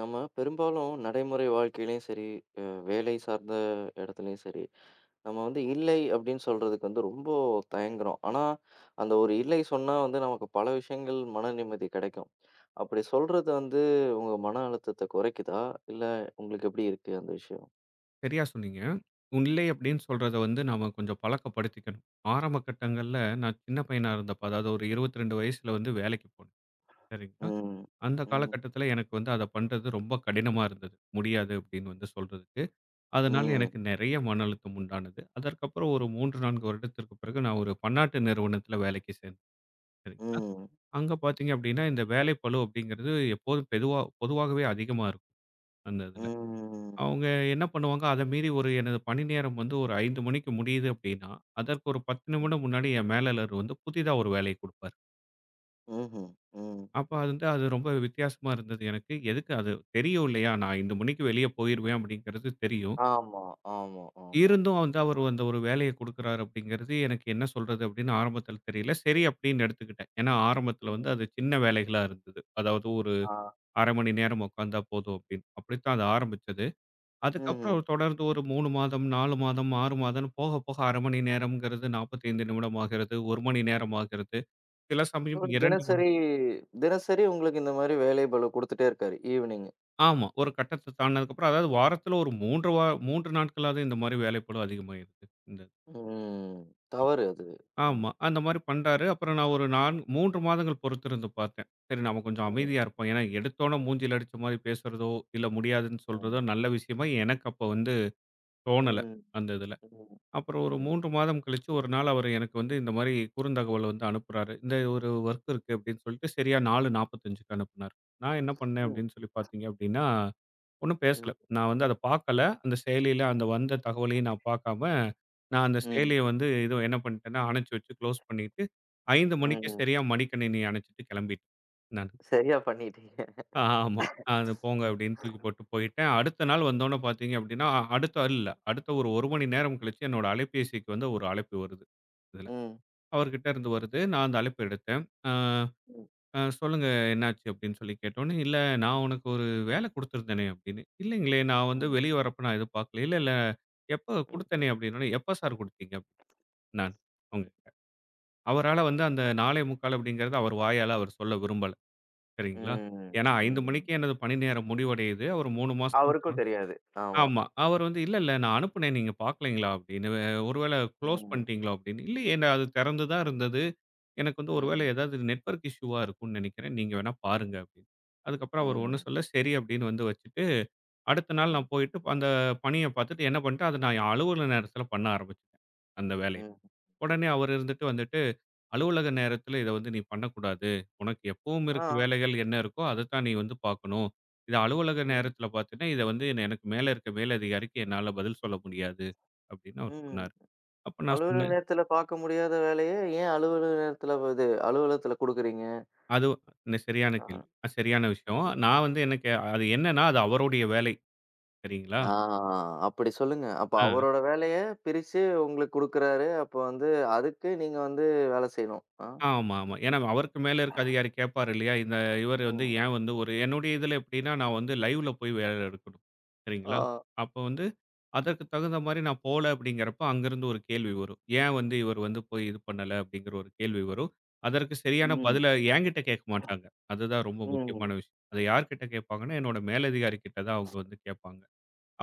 நம்ம பெரும்பாலும் நடைமுறை வாழ்க்கையிலயும் சரி, அ வேலை சார்ந்த இடத்துலயும் சரி, நம்ம வந்து இல்லை அப்படின்னு சொல்றதுக்கு வந்து ரொம்ப தயங்குறோம். ஆனா, அந்த ஒரு இல்லை சொன்னா வந்து நமக்கு பல விஷயங்கள் மன நிம்மதி கிடைக்கும். அப்படி சொல்றது வந்து உங்க மன அழுத்தத்த குறைக்குதா? இல்ல உங்களுக்கு எப்படி இருக்கு அந்த விஷயம்? சரியா சொன்னீங்க. "உன்னிலை" அப்படின்னு சொல்றத வந்து நாம கொஞ்சம் பழக்கப்படுத்திக்கணும். ஆரம்ப கட்டங்கள்ல நான் சின்ன பையனா இருந்தப்ப, அதாவது ஒரு 22 வயசுல வந்து வேலைக்கு போனேன். சரிங்களா? ம். அந்த ம். காலகட்டத்தில எனக்கு வந்து அத பண்றது ரொம்ப கடினமா இருந்தது. முடியாது அப்படின்னு வந்து சொல்றதுக்கு. அதனால ம். எனக்கு நெறைய மன அழுத்தம் உண்டானது. அதற்கப்புறம் ஒரு 3, 4 வருடத்திற்கு பிறகு நான் ஒரு பன்னாட்டு நிறுவனத்தில வேலைக்கு சேர்ந்தேன். சரிங்களா? ம். அங்க பார்த்தீங்க அப்படின்னா, இந்த வேலைப்பளு அப்படிங்கிறது எப்போதும் பொதுவாகவே அதிகமா இருக்கும் அந்த இதுல. ம். அவங்க என்ன பண்ணுவாங்க, அத மீறி ஒரு எனது பணி நேரம் வந்து ஒரு 5 மணிக்கு முடியுது அப்படின்னா, அதற்கு ஒரு 10 ம். நிமிடம் முன்னாடி என் மேலாளர் வந்து புதிதா ஒரு வேலைய குடுப்பாரு. ம்ஹ்ம். ம். அப்ப வந்து அது ரொம்ப வித்தியாசமா இருந்தது எனக்கு. எதுக்கு அது தெரியும் இல்லையா? நான் இந்த மணிக்கு வெளிய போயிருவேன் அப்படிங்கிறது தெரியும். ஆமா, ஆமா, ஆமா. இருந்தும் வந்து அவரு அந்த ஒரு வேலைய குடுக்குறாரு அப்படிங்கிறது எனக்கு என்ன சொல்றது அப்படின்னு ஆரம்பத்துல தெரியல. சரி அப்படின்னு எடுத்துக்கிட்டேன். ஏன்னா ஆரம்பத்துல வந்து ம். அது சின்ன வேலைகளா இருந்தது. அதாவது ஒரு ஆ. 1/2 மணி நேரம் உட்கார்ந்தா போதும் அப்படின்னு. அப்படித்தான் அது ஆரம்பிச்சது. ம்ஹ்ம். அதுக்கப்புறம் தொடர்ந்து ஒரு 3 மாதம், 4 மாதம், 6 மாதம்னு போக போக 1/2 மணி நேரம்ங்கிறது 45 நிமிடம் ஆகிறது. 1 மணி நேரம் ஆகிறது. சில சமயம் அவரு 2 மணி தினசரி தினசரி உங்களுக்கு இந்த மாரி வேலை பளு குடுத்துட்டே இருக்காரு. ஈவினிங். ஆமா. ஒரு கட்டத்த தாண்டுனதுக்கப்புறம் அதாவது வாரத்தில ஒரு 3 நாட்களாவது இந்த மாரி வேலைப்பளு அதிகமாயிருது. இந்த ம். தவறு அது. ம். ஆமா. அந்த மாரி பண்றாரு. அப்புறம் நான் 3 மாதங்கள் பொறுத்திருந்து பார்த்தேன். சரி நம்ம கொஞ்சம் ம். அமைதியா இருப்போம். ஏன்னா எடுத்தோனே மூஞ்சில அடிச்ச மாரி பேசுறதோ, இல்ல முடியாதுன்னு சொல்றதோ, ஆமா. நல்ல விஷயமா எனக்கு அப்ப வந்து தோணல. ம். அந்த இதுல. ம். அப்புறம் ஒரு ம். 3 மாதம் கழிச்சு ஒரு நாள் அவரு எனக்கு வந்து இந்த மாரி குறுந்தகவல் வந்து அனுப்புறாரு. இந்த ஒரு வொர்க் இருக்கு அப்படின்னு சொல்லிட்டு சரியா 4:45க்கு அனுப்புனாரு. நான் என்ன பண்ணேன் ம். அப்படின்னு சொல்லி பார்த்தீங்க அப்படின்னா, ஒண்ணும் பேசல. ம். நான் வந்து அத பார்க்கல. அந்த செயலியில அந்த வந்த தகவலையும் நான் பார்க்காம, நான் அந்த ம். செயலிய வந்து இது என்ன பண்ணிட்டேன்னா, அணைச்சு வச்சு க்ளோஸ் பண்ணிட்டு 5 மணிக்கு ம். சரியா மடிக்கணினி அணைச்சுட்டு கிளம்பிட்டேன் நானு. சரியா பண்ணிட்டீங்க. ஆமா. அது போங்க ம். அப்படின்னு தூக்கி போட்டு போயிட்டேன். அடுத்த நாள் வந்தோனே பார்த்தீங்க அப்படின்னா, அடுத்த ஆள் இல்ல. அடுத்த ஒரு 1 மணி நேரம் கழிச்சு என்னோட அலைபேசிக்கு வந்து ஒரு அழைப்பு வருது. இதுல. ம். அவர்கிட்ட இருந்து வருது. நான் அந்த அழைப்பு எடுத்தேன். "ஆ ம். சொல்லுங்க என்னாச்சு?" அப்படின்னு சொல்லி கேட்டோனே, "இல்ல நான் உனக்கு ஒரு வேலை குடுத்துருந்தேனே" அப்படின்னு. "இல்லைங்களே நான் வந்து ம். வெளிய வரப்ப நான் எதுவும் பார்க்கல." "இல்ல, எப்ப ம். குடுத்தேனே" அப்படின்னோனே, "எப்ப சார் குடுத்தீங்க?" நான் அவங்ககிட்ட. அவரால வந்து அந்த 4:45 அப்படிங்கிறத அவர் வாயால அவர் சொல்ல விரும்பல. சரிங்களா. ம். ஏன்னா 5 ம். மணிக்கு எனது பணி நேரம் முடிவடையுது. ஒரு 3 மாசம் அவருக்கும் தெரியாது. ஆமா. ஆமா. அவர் வந்து "இல்ல, இல்ல நான் அனுப்புனேன். நீங்க பார்க்கலைங்களா?" அப்படின்னு. "ஒருவேள குளோஸ் ம். பண்ணிட்டீங்களா?" அப்படின்னு. "இல்லையே நான் அது திறந்து தான் இருந்தது. எனக்கு வந்து ஒருவேளை ம். ஏதாவது நெட்வொர்க் இஷ்யூவா இருக்கும்னு நெனைக்கிறேன். நீங்க வேணா பாருங்க." அப்படின்னு. அதுக்கப்புறம் அவர் ஒண்ணும் ம். சொல்ல சரி அப்படின்னு வந்து வச்சுட்டு, அடுத்த நாள் ம். நான் போயிட்டு அந்த பணிய பார்த்துட்டு என்ன பண்ணிட்டேன், அத நான் என் அலுவல நேரத்தில பண்ண ஆரம்பிச்சுட்டேன், அந்த வேலைய. ம். உடனே அவர் இருந்துட்டு வந்துட்டு அலுவலக நேரத்துல இத வந்து நீ பண்ணக்கூடாது. உனக்கு எப்பவும் ஆ. இருக்க வேலைகள் என்ன இருக்கோ, அதத்தான் நீ வந்து பார்க்கணும். இது அலுவலக ம். நேரத்துல பார்த்தீன்னா, இத வந்து எனக்கு மேல இருக்க மேலதிகாரிக்கு என்னால பதில் சொல்ல முடியாது அப்படின்னு அவர் ம். சொன்னாரு. அப்ப நான் அலுவலக சொன்னேன், நேரத்துல பார்க்க முடியாத வேலைய ஏன் அலுவலக நேரத்துல இது அலுவலகத்துல குடுக்குறீங்க? அது சரியான ஆ, கேள்வி. சரியான விஷயம். ம். நான் வந்து எனக்கு அது என்னன்னா, அது அவருடைய வேலை. சரிங்களா? ஆ அப்படி சொல்லுங்க. அப்ப அ. அவரோட வேலைய பிரிச்சு உங்களுக்கு குடுக்குறாரு. அப்ப வந்து அதுக்கு நீங்க வந்து வேலை செய்யணும். ஆ. ஆமா, ஆமா. ஏன்னா அவருக்கு மேல இருக்க அதிகாரி கேட்பாரு இல்லையா? இந்த இவரு வந்து ம். ஏன் வந்து ஒரு என்னுடைய இதுல எப்படின்னா, நான் வந்து லைவ்ல போய் வேலை எடுக்கணும். ஆ. சரிங்களா? அப்ப வந்து அதற்கு தகுந்த மாரி நான் போல அப்படிங்கிறப்ப அங்கிருந்து ஒரு கேள்வி வரும். ஏன் வந்து இவர் வந்து போய் இது பண்ணல அப்படிங்கிற ஒரு கேள்வி வரும். அதற்கு சரியான ம். பதில என்கிட்ட கேட்க மாட்டாங்க. அதுதான் ரொம்ப முக்கியமான ம். விஷயம். அத யார்கிட்ட கேட்பாங்கன்னா, என்னோட மேலதிகாரி கிட்ட தான் அவங்க வந்து கேட்பாங்க.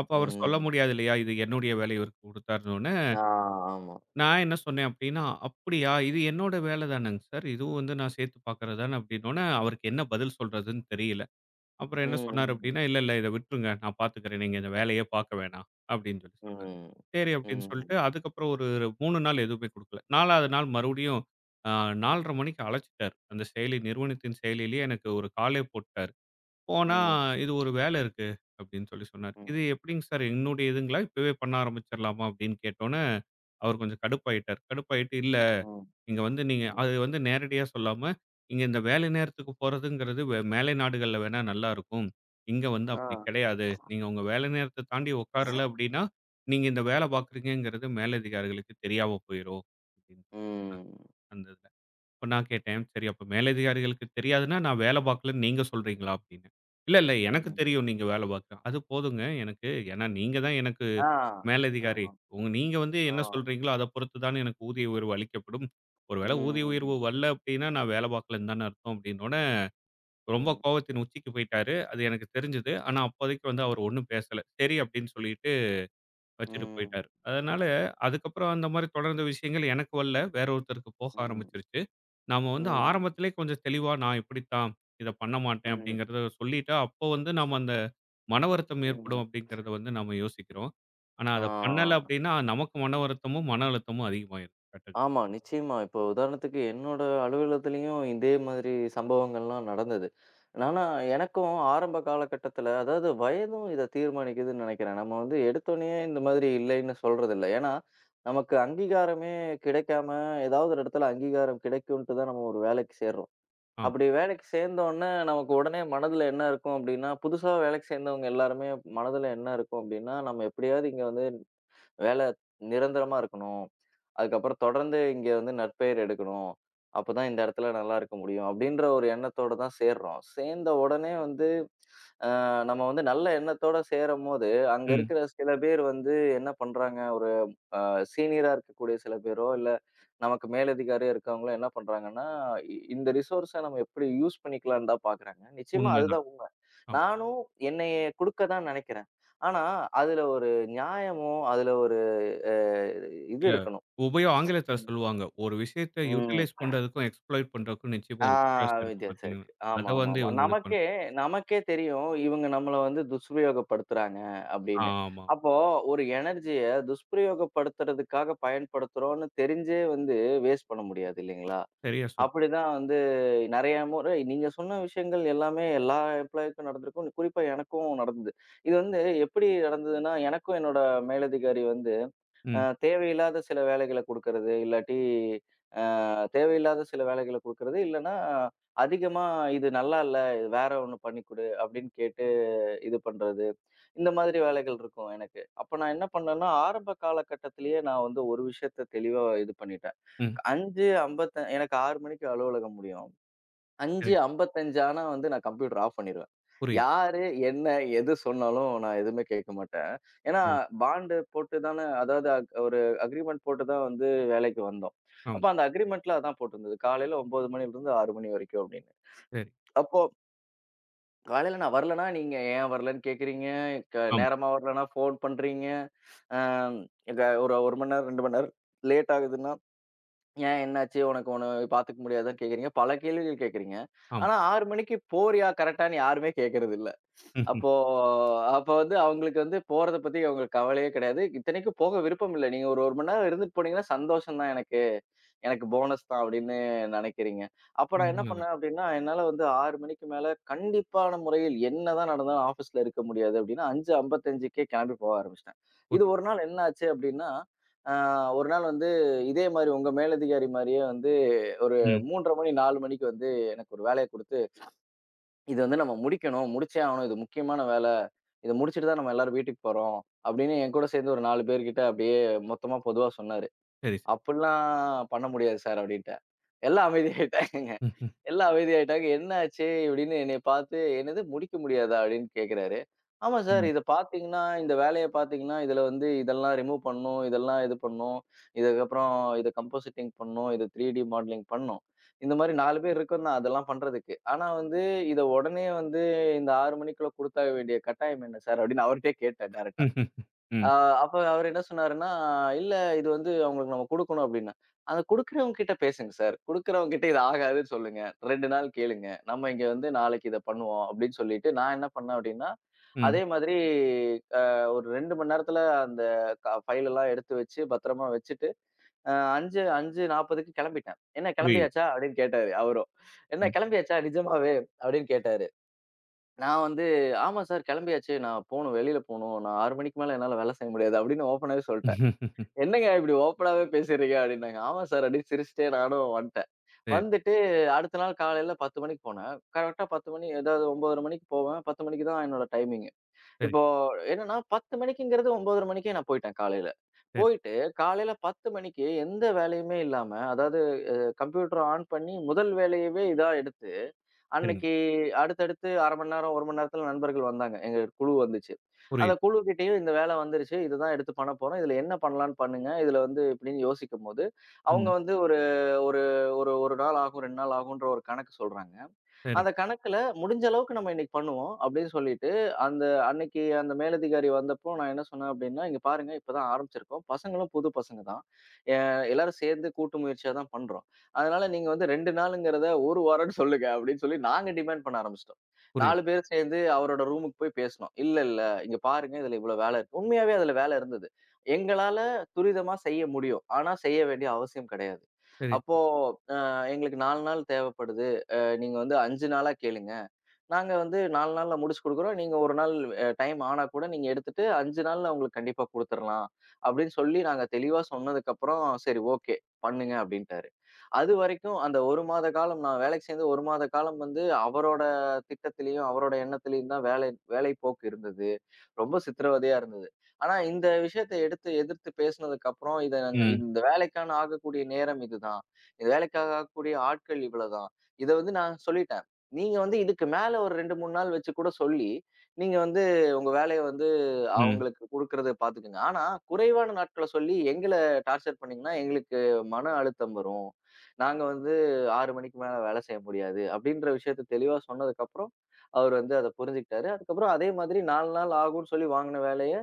அப்ப அவர் சொல்ல ம். முடியாது இல்லையா? இது என்னுடைய வேலை இவருக்கு குடுத்தாருன்னு ஆ ஆமா. நான் என்ன சொன்னேன் அப்டின்னா, "அப்படியா! இது என்னோட வேல தானங்க சார். இதுவும் வந்து நான் சேர்த்து பார்க்குறது தானே" அப்டின்னோனே, அவருக்கு என்ன பதில் சொல்றதுன்னு தெரியல. அப்புறம் என்ன சொன்னாரு ம். அப்டின்னா, "இல்ல, இத விட்ருங்க. நான் பார்த்துக்கிறேன். நீங்க இந்த வேலையே பார்க்க வேணாம்" அப்டின்னு சொல்லி சொன்னாரு. ம். சரி அப்டின்னு ம். சொல்லிட்டு, அதுக்கப்புறம் ஒரு 3 நாள் எதுவுமே குடுக்கல. 4வது நாள் மறுபடியும் அ 4:30 மணிக்கு அழைச்சுட்டாரு. அந்த செயலி நிறுவனத்தின் செயலியிலேயே எனக்கு ஒரு காலே போட்டாரு. போனா, ம். "இது ஒரு வேலை இருக்கு." அப்படின்னு சொல்லி சொன்னாரு. ம். "இது ம். எப்படிங்க சார் என்னுடைய இதுங்களா? இப்பவே பண்ண ஆரம்பிச்சிரலாமா?" அப்படின்னு கேட்டோனே, அவர் கொஞ்சம் கடுப்பாயிட்டாரு. கடுப்பாயிட்டு, "இல்ல, ம். இங்க வந்து நீங்க ம். அது வந்து நேரடியா சொல்லாம, இங்க இந்த வேலை நேரத்துக்கு போறதுங்கிறது மேலை நாடுகள்ல வேணா நல்லா இருக்கும். இங்க வந்து ஆ. அப்படி கிடையாது. நீங்க உங்க வேலை நேரத்த தாண்டி உட்காரல அப்படின்னா, நீங்க இந்த வேலை பார்க்குறீங்கங்கிறது மேலதிகாரிகளுக்கு தெரியாம போயிரும்." அப்படின்னு சொன்னாரு. ம். அந்த அப்ப நான் கேட்டேன், "சரி அப்ப மேலதிகாரிகளுக்கு தெரியாதுன்னா, நான் வேலை பார்க்கலன்னு நீங்க சொல்றீங்களா?" அப்படின்னு. "இல்ல, எனக்கு ம். தெரியும் நீங்க வேலை பார்க்க" அது போதுங்க எனக்கு. ஏன்னா நீங்க தான் எனக்கு ஆ. மேலதிகாரி. ஆமா. உங்க நீங்க வந்து ஆ. என்ன சொல்றீங்களோ, அத பொறுத்து தானே எனக்கு ஊதிய உயர்வு அளிக்கப்படும். ஒருவேளை ஊதிய உயர்வு ம். வரல அப்படின்னா, நான் வேலை பார்க்கலன்னு தானே அர்த்தம் அப்படின்னோனே, ரொம்ப ம். கோவத்தின் உச்சிக்கு போயிட்டாரு. அது எனக்கு தெரிஞ்சது. ஆனா அப்போதைக்கு வந்து அவர் ஒண்ணும் பேசல. சரி அப்படின்னு சொல்லிட்டு வச்சுட்டு ம். போயிட்டாரு. அதனால அதுக்கப்புறம் அந்த மாரி தொடர்ந்த விஷயங்கள் எனக்கு வரல. வேற ஒருத்தருக்கு போக ம். ஆரம்பிச்சுருச்சு. நாம வந்து ம். ஆரம்பத்திலே கொஞ்சம் தெளிவா நான் இப்படித்தான், இத பண்ண மாட்டேன் ம். அப்படிங்கிறத சொல்லிட்டா, அப்போ வந்து நாம அந்த மன வருத்தம் ஏற்படும் ம். அப்படிங்கிறத வந்து நாம யோசிக்கிறோம். ஆனா ஆ. அத பண்ணல அப்படின்னா, நமக்கு மன வருத்தமும், மன அழுத்தமும் அதிகமாயிரும். கரெக்ட். ஆமா, நிச்சயமா. இப்போ உதாரணத்துக்கு என்னோட அலுவலகத்திலயும் இதே மாதிரி சம்பவங்கள்லாம் நடந்தது. ஆனா, எனக்கும் ஆரம்ப காலகட்டத்தில அதாவது வயதும் இத தீர்மானிக்குதுன்னு நினைக்கிறேன். நம்ம வந்து எடுத்தோனயே இந்த மாதிரி இல்லைன்னு சொல்றதில்ல. ஏன்னா, நமக்கு அங்கீகாரமே கிடைக்காம ஏதாவது ஒரு இடத்துல அங்கீகாரம் கிடைக்குன்ட்டு தான் நம்ம ஒரு வேலைக்கு சேர்றோம். ஆமா. அப்படி வேலைக்கு சேர்ந்தோனே நமக்கு உடனே மனதில என்ன இருக்கும் அப்படின்னா, புதுசா வேலைக்கு சேர்ந்தவங்க எல்லாருமே மனதில என்ன இருக்கும் அப்படின்னா, நம்ம எப்படியாவது இங்க வந்து வேலை நிரந்தரமா இருக்கணும். அதுக்கப்புறம் தொடர்ந்து இங்க வந்து நற்பெயர் எடுக்கணும். அப்பதான் இந்த இடத்துல நல்லா இருக்க முடியும். அப்படின்ற ஒரு எண்ணத்தோட தான் சேர்றோம். சேர்ந்த உடனே வந்து அ நம்ம வந்து நல்ல எண்ணத்தோட சேரும்போது, அங்க ம். இருக்கிற சில பேர் வந்து என்ன பண்றாங்க, ஒரு அ சீனியரா இருக்கக்கூடிய சில பேரோ, இல்ல நமக்கு மேலதிகாரியா இருக்கவங்களோ என்ன பண்றாங்கன்னா, இந்த ரிசோர்ஸ நம்ம எப்படி யூஸ் பண்ணிக்கலாம்ன்னு தான் பார்க்குறாங்க. நிச்சயமா உண்மைதான். அதுதான் உண்மை. ஆமா. நானும் என்னைய குடுக்க தான் நினைக்கிறேன். ஆனா, அதுல ஒரு நியாயமோ, அதுல ஒரு அ இது இல்ல இருக்கணும். உபயோ ஆங்கிலத்தில ம். சொல்லுவாங்க. ஒரு விஷயத்த ம். யூட்டிலைஸ் பண்றதுக்கும், எக்ஸ்ப்ளாய்ட் பண்றதுக்கும் நிச்சயமா ஆ ஒரு வித்தியாசம் இருக்கு வித்தியாசம் பார்த்தீங்கன்னா, இருக்கு. அத ஆமா, ஆமா, வந்து ஆமா. இவங்க இது பண் நமக்கே நமக்கே தெரியும் இவங்க நம்மள வந்து துஷ்பிரயோகப்படுத்துறாங்க அப்படின்னு. ஆமா. அப்போ ஒரு எனர்ஜிய துஷ்பிரயோகப்படுத்துறதுக்காக பயன்படுத்துறோம்னு தெரிஞ்சே வந்து வேஸ்ட் பண்ண முடியாது இல்லைங்களா? சரியா சொன்னீங்க. அப்படிதான் வந்து நெறைய முறை நீங்க சொன்ன விஷயங்கள் எல்லாமே எல்லா எம்ப்ளாயிக்கும் நடந்திருக்கும். குறிப்பா எனக்கும் நடந்தது. இது வந்து எப்படி நடந்ததுன்னா, எனக்கும் என்னோட மேலதிகாரி வந்து ம், தேவையில்லாத சில வேலைகள குடுக்கறது, இல்லாட்டி தேவையில்லாத சில வேலைகள குடுக்குறது. இல்லன்னா, அதிகமா இது நல்லா இல்ல. இது வேற ஒண்ணு பண்ணி குடு அப்படின்னு கேட்டு இது பண்றது. இந்த மாதிரி வேலைகள் இருக்கும் எனக்கு. அப்ப நான் என்ன பண்ணேன்னா, ஆரம்ப காலகட்டத்திலேயே நான் வந்து ஒரு விஷயத்த தெளிவா இது பண்ணிட்டேன். ம். 5:50 எனக்கு 6 மணிக்கு அலுவலகம் முடியும். சரி. 5:55 ஆனா வந்து நான் கம்ப்யூட்டர் ஆஃப் பண்ணிருவேன். புரியுது. யாரு, என்ன, எது சொன்னாலும் நான் எதுவுமே கேட்க மாட்டேன். ஏன்னா சரி. பாண்ட் போட்டு தானே அதாவது ஒரு அக்ரீமெண்ட் போட்டு தான் வந்து வேலைக்கு வந்தோம். ஆமா. அப்ப அந்த அக்ரீமெண்ட்ல அதான் போட்டிருந்தது. காலையில 9 மணியிலிருந்து 6 மணி வரைக்கும் அப்படின்னு. சரி. அப்போ காலையில நான் வரலன்னா, நீங்க ஏன் வரலன்னு கேட்கிறீங்க, ஆமா, நேரமா வரலன்னா ஃபோன் பண்றீங்க. அ க ஒரு 1 மணி நேரம், 2 மணி நேரம் லேட் ஆகுதுன்னா ஏன் என்னாச்சு? உனக்கு ஒண்ணு பாத்துக்க முடியாதான்னு கேட்கிறீங்க. பல கேள்விகள் கேட்கிறீங்க. ஆமா. ஆனா 6 மணிக்கு போறியா? கரெக்டான்னு யாருமே கேட்கறதில்ல. ம்ஹ்ம். அப்போ அப்போ வந்து அவங்களுக்கு வந்து போறத பத்தி அவங்களுக்கு கவலையே கிடையாது. இத்தனைக்கும் போக விருப்பம் இல்ல. நீங்க ஒரு 1 மணி நேரம் இருந்துட்டு போனீங்கன்னா சந்தோஷம் தான் எனக்கு. எனக்கு போனஸ் தான் அப்படின்னு நினைக்கிறீங்க. அப்ப நான் என்ன உண்மதான். பண்ணேன் அப்படின்னா, என்னால வந்து 6 மணிக்கு மேல கண்டிப்பான முறையில் என்னதான் நடந்தாலும் ஆஃபீஸ்ல இருக்க முடியாது அப்படின்னு 5:55க்கே கிளம்பி போக ஆரம்பிச்சுட்டேன். இது புரியுது. ஒரு நாள் என்ன ஆச்சு அப்படின்னா, அ ஒரு நாள் வந்து இதே மாரி உங்க மேலதிகாரி மாரியே வந்து ஒரு ம். 3:30 மணி 4 மணிக்கு வந்து எனக்கு ஒரு வேலைய குடுத்து, "இது வந்து நம்ம முடிக்கணும். முடிச்சே ஆகணும். இது முக்கியமான வேல. இத முடிச்சுட்டு தான் நம்ம எல்லாரும் வீட்டுக்கு போறோம்." அப்படின்னு என் கூட சேர்ந்து ஒரு 4 பேர்கிட்ட அப்படியே மொத்தமா பொதுவா சொன்னாரு. சரி, சரி. "அப்படிலாம் பண்ண முடியாது சார்" அப்படின்ட்டேன். எல்லாம் அமைதியாயிட்டாங்கங்க. ம்ஹ்ம். எல்லாம் அமைதியாயிட்டாங்க. "என்ன ஆச்சு?" இப்படின்னு என்னைய பார்த்து, "என்னது முடிக்க முடியாதா?" அப்படின்னு கேட்கிறாரு. "ஆமா சார். ம். இத பார்த்தீங்கன்னா, இந்த வேலைய பார்த்தீங்கன்னா, இதுல வந்து இதெல்லாம் ரிமூவ் பண்ணணும். இதெல்லாம் இது பண்ணணும். இதுக்கப்புறம் இத கம்போசிட்டிங் பண்ணணும். இது 3டி மாடலிங் பண்ணணும். இந்த மாரி 4 பேர் இருக்கோம் தான் அதெல்லாம் பண்றதுக்கு. ஆனா வந்து இத உடனே வந்து இந்த 6 மணிக்குள்ள குடுத்தாக வேண்டிய கட்டாயம் என்ன சார்?" அப்படின்னு அவர்ட்டயே கேட்டேன் டைரக்ட்டா. ம்ஹ்ம். ம், ஆ அப்ப அவரு என்ன சொன்னாருன்னா, "இல்ல இது வந்து அவங்களுக்கு நம்ம குடுக்கணும்" அப்டின்னா. அந்த குடுக்குறவங்க கிட்ட பேசுங்க சார். குடுக்குறவங்க கிட்ட இது ஆகாதுன்னு சொல்லுங்க. 2 நாள் கேளுங்க. நம்ம இங்க வந்து நாளைக்கு இத பண்ணுவோம் அப்டின்னு சொல்லிட்டு, நான் என்ன பண்ணேன் அப்டின்னா, ம். அதே மாதிரி அ ஒரு 2 மணி நேரத்துல அந்த ஃபைல் எல்லாம் எடுத்து வச்சு, பத்திரமா வச்சுட்டு, அ 5 5:40க்கு கெளம்பிட்டேன். "என்ன புரியுது. கெளம்பியாச்சா?" அப்டின்னு கேட்டாரு அவரும். "என்ன ம். கெளம்பியாச்சா நிஜமாவே?" அப்டின்னு கேட்டாரு. நான் வந்து, "ஆமா சார் கிளம்பியாச்சு. நான் போணும், வெளியில போணும். நான் 6 மணிக்கு மேல என்னால வேலை செய்ய முடியாது." அப்படின்னு ஓப்பனாவே சொல்ட்டேன். "என்னங்க இப்படி ஓப்பனாவே பேசுறீங்க?" அப்படின்னாங்க. "ஆமா சார்" அப்படின்னு சிரிச்சுட்டே நானும் வந்துட்டேன். சரி, வந்துட்டு அடுத்த நாள் காலையில 10 மணிக்கு போனேன். கரெக்ட்டா 10 மணி ஏதாவது 9:30 மணிக்கு போவேன். 10 மணிக்கு தான் என்னோட டைமிங். சரி, இப்போ என்னன்னா 10 மணிக்குங்கிறது 9:30 மணிக்கே நான் போயிட்டேன் காலையில. சரி, போயிட்டு காலையில 10 மணிக்கு எந்த வேலையுமே இல்லாம, அதாவது கம்ப்யூட்டர் ஆன் பண்ணி முதல் வேலையவே இதா எடுத்து சரிங்க. அன்னைக்கு அடுத்தடுத்து 1/2 மணி நேரம், 1 மணி நேரத்துல நண்பர்கள் வந்தாங்க. எங்க குழு வந்துச்சு. அந்த புரியுது. குழுகிட்டயும் இந்த வேலை வந்துருச்சு. இதுதான் எடுத்து பண்ண போறோம். இதுல என்ன பண்ணலான்னு பண்ணுங்க. இதுல வந்து இப்படின்னு யோசிக்கும்போது, அவங்க ம். வந்து ஒரு ஒரு ஒரு 1 நாள் ஆகும், 2 நாள் ஆகுன்ற ஒரு கணக்கு சொல்றாங்க. அந்த சரிங்க. கணக்குல முடிஞ்ச அளவுக்கு நம்ம இன்னைக்கு பண்ணுவோம் அப்படின்னு சொல்லிட்டு, அந்த அன்னைக்கு அந்த மேலதிகாரி வந்தப்போ நான் என்ன சொன்னேன் அப்படின்னா, "இங்க பாருங்க இப்பதான் ஆரம்பிச்சிருக்கோம். பசங்களும் புது பசங்க தான். அ எல்லாரும் சேர்ந்து கூட்டு முயற்சியா தான் பண்றோம். அதனால நீங்க வந்து 2 நாளுங்கிறத 1 வாரம்ன்னு சொல்லுங்க" அப்படின்னு சொல்லி நாங்க டிமாண்ட் பண்ண ஆரம்பிச்சுட்டோம். புரியுது. 4 பேர் சேர்ந்து அவரோட ரூமுக்கு போய் பேசினோம். "இல்ல, இல்ல இங்க பாருங்க இதுல இவ்வளவு வேலை இருக்கு." உண்மையாவே அதுல வேலை இருந்தது. எங்களால துரிதமா செய்ய முடியும். ஆனா செய்ய வேண்டிய அவசியம் கிடையாது. சரி. அப்போ அ எங்களுக்கு 4 நாள் தேவைப்படுது. நீங்க வந்து 5 நாளா கேளுங்க. நாங்க வந்து 4 நாள்ல முடிச்சு குடுக்குறோம். நீங்க 1 நாள் டைம் ஆனா கூட நீங்க எடுத்துட்டு 5 நாள்ல உங்களுக்கு கண்டிப்பா குடுத்துறலாம்." அப்படின்னு சொல்லி நாங்க தெளிவா சொன்னதுக்கப்புறம், "சரி ஓகே, பண்ணுங்க." அப்படின்ட்டாரு. அதுவரைக்கும் அந்த 1 மாத காலம் நான் வேலைக்கு சேர்ந்து 1 மாத காலம் வந்து அவரோட திட்டத்திலயும், அவரோட எண்ணத்திலயும் தான் வேலை வேலை போக்கு இருந்தது. ரொம்ப சித்திரவதையா இருந்தது. ஆனா இந்த விஷயத்த எடுத்து எதிர்த்து பேசுனதுக்கு அப்புறம், இத நாங்க ம், இந்த வேலைக்கான ஆகக்கூடிய நேரம் இதுதான். இந்த வேலைக்காக ஆகக்கூடிய ஆட்கள் இவ்வளதான். இத வந்து நான் சொல்லிட்டேன். நீங்க வந்து இதுக்கு மேல ஒரு 2, 3 நாள் வச்சு கூட சொல்லி, நீங்க வந்து உங்க வேலைய வந்து ம், அவங்களுக்கு குடுக்குறத பாத்துக்கங்க. ஆனா குறைவான நாட்கள சொல்லி எங்கள டார்ச்சர் பண்ணீங்கன்னா, எங்களுக்கு மன அழுத்தம் வரும். நாங்க வந்து 6 மணிக்கு மேல வேலை செய்ய முடியாது. அப்படின்ற விஷயத்த தெளிவா சொன்னதுக்கப்புறம் அவரு வந்து அத புரிஞ்சுக்கிட்டாரு. அதுக்கப்புறம் அதே மாதிரி 4 நாள் ஆகும்ன்னு சொல்லி வாங்குன வேலைய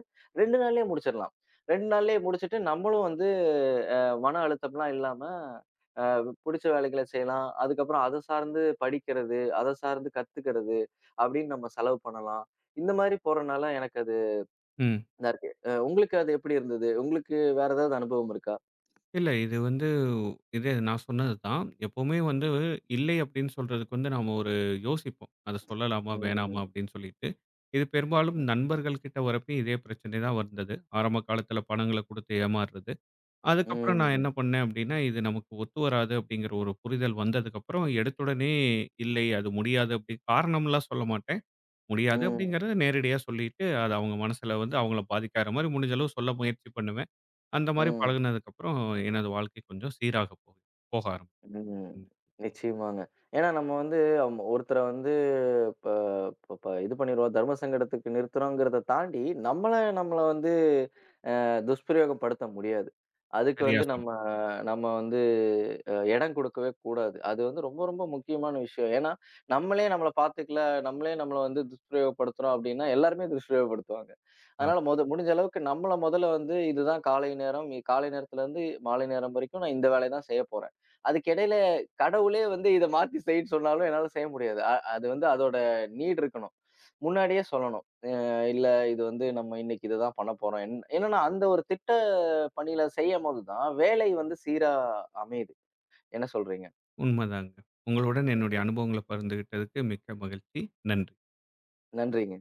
2 நாள்லயே முடிச்சிடலாம். 2 நாள்லயே முடிச்சுட்டு நம்மளும் வந்து அ மன அழுத்தம்லாம் இல்லாம புடிச்ச வேலைகள செய்யலாம். அதுக்கப்புறம் அத சார்ந்து படிக்கிறது, அத சார்ந்து கத்துக்கிறது அப்படின்னு நம்ம செலவு பண்ணலாம். இந்த மாதிரி போறனால எனக்கு அது ம். இதா இருக்கு. உங்களுக்கு அது எப்படி இருந்தது? உங்களுக்கு வேற ஏதாவது அனுபவம் இருக்கா? இல்ல. இது வந்து இது நான் சொன்னது தான். எப்பவுமே வந்து இல்லை அப்படின்னு சொல்றதுக்கு வந்து நாம ஒரு யோசிப்போம். அத சொல்லலாமா? வேணாமா? ம். அப்படின்னு சொல்லிட்டு. இது பெரும்பாலும் ம். நண்பர்கள் கிட்ட வரப்பயும் இதே பிரச்சனை தான் வந்தது. ஆரம்ப காலத்தில பணங்கள குடுத்து ஏமாறுறது. அதுக்கப்புறம் நான் என்ன ம். பண்ணேன் அப்படின்னா, இது நமக்கு ஒத்து வராது அப்படிங்கிற ஒரு புரிதல் வந்ததுக்கப்புறம் எடுத்துடனே இல்லை அது முடியாது அப்படி காரணம்லாம் சொல்ல மாட்டேன். முடியாது ம். அப்படிங்கிறத நேரடியா சொல்லிட்டு, அது அவங்க மனசுல வந்து அவங்கள பாதிக்காத மாரி முடிஞ்ச அளவு சொல்ல முயற்சி பண்ணுவேன். அந்த மாரி ம். பழகுனதுக்கப்புறம் எனது வாழ்க்கை கொஞ்சம் சீராக போகும். போக ஆரம்பிக்கும். ம். நிச்சயமாங்க. ஏன்னா நம்ம வந்து ஒருத்தர வந்து இப்ப இப்ப இப்ப இது பண்ணிருவோம். தர்ம சங்கடத்துக்கு நிறுத்துறோங்கிறத தாண்டி, நம்மளே நம்மள வந்து துஷ்பிரயோகப்படுத்த முடியாது. அதுக்கு சரியா வந்து சொன்னீங்க. நம்ம நம்ம வந்து இடம் கொடுக்கவே கூடாது. அது வந்து ரொம்ப ரொம்ப முக்கியமான விஷயம். ஏன்னா, நம்மளே நம்மள பார்த்துக்கல, நம்மளே நம்மள வந்து துஷ்பிரயோகப்படுத்துறோம் அப்டின்னா, எல்லாருமே துஷ்பிரயோகப்படுத்துவாங்க. ஆமா, அதனால முடிஞ்ச அளவுக்கு நம்மள மொதல்ல வந்து இதுதான் காலை நேரம். காலை நேரத்துலருந்து மாலை நேரம் வரைக்கும் நான் இந்த வேலைய தான் செய்ய போறேன். அதுக்கு இடையில கடவுளே வந்து இத மாத்தி செய்ன்னு சொன்னாலும் என்னால செய்ய முடியாது. அது வந்து அதோட நீட் இருக்கணும். முன்னாடியே சொல்லணும். அ இல்ல இது வந்து நம்ம இன்னைக்கு இதுதான் பண்ண போறோம். என்னன்னா அந்த ஒரு திட்ட பணியில செய்யும்போது தான் வேலை வந்து சீரா அமையுது. என்ன சொல்றீங்க? உண்மதாங்க. உங்களுடன் என்னுடைய ம். அனுபவங்கள பகிர்ந்துகிட்டதுக்கு மிக்க மகிழ்ச்சி. நன்றி. நன்றிங்க.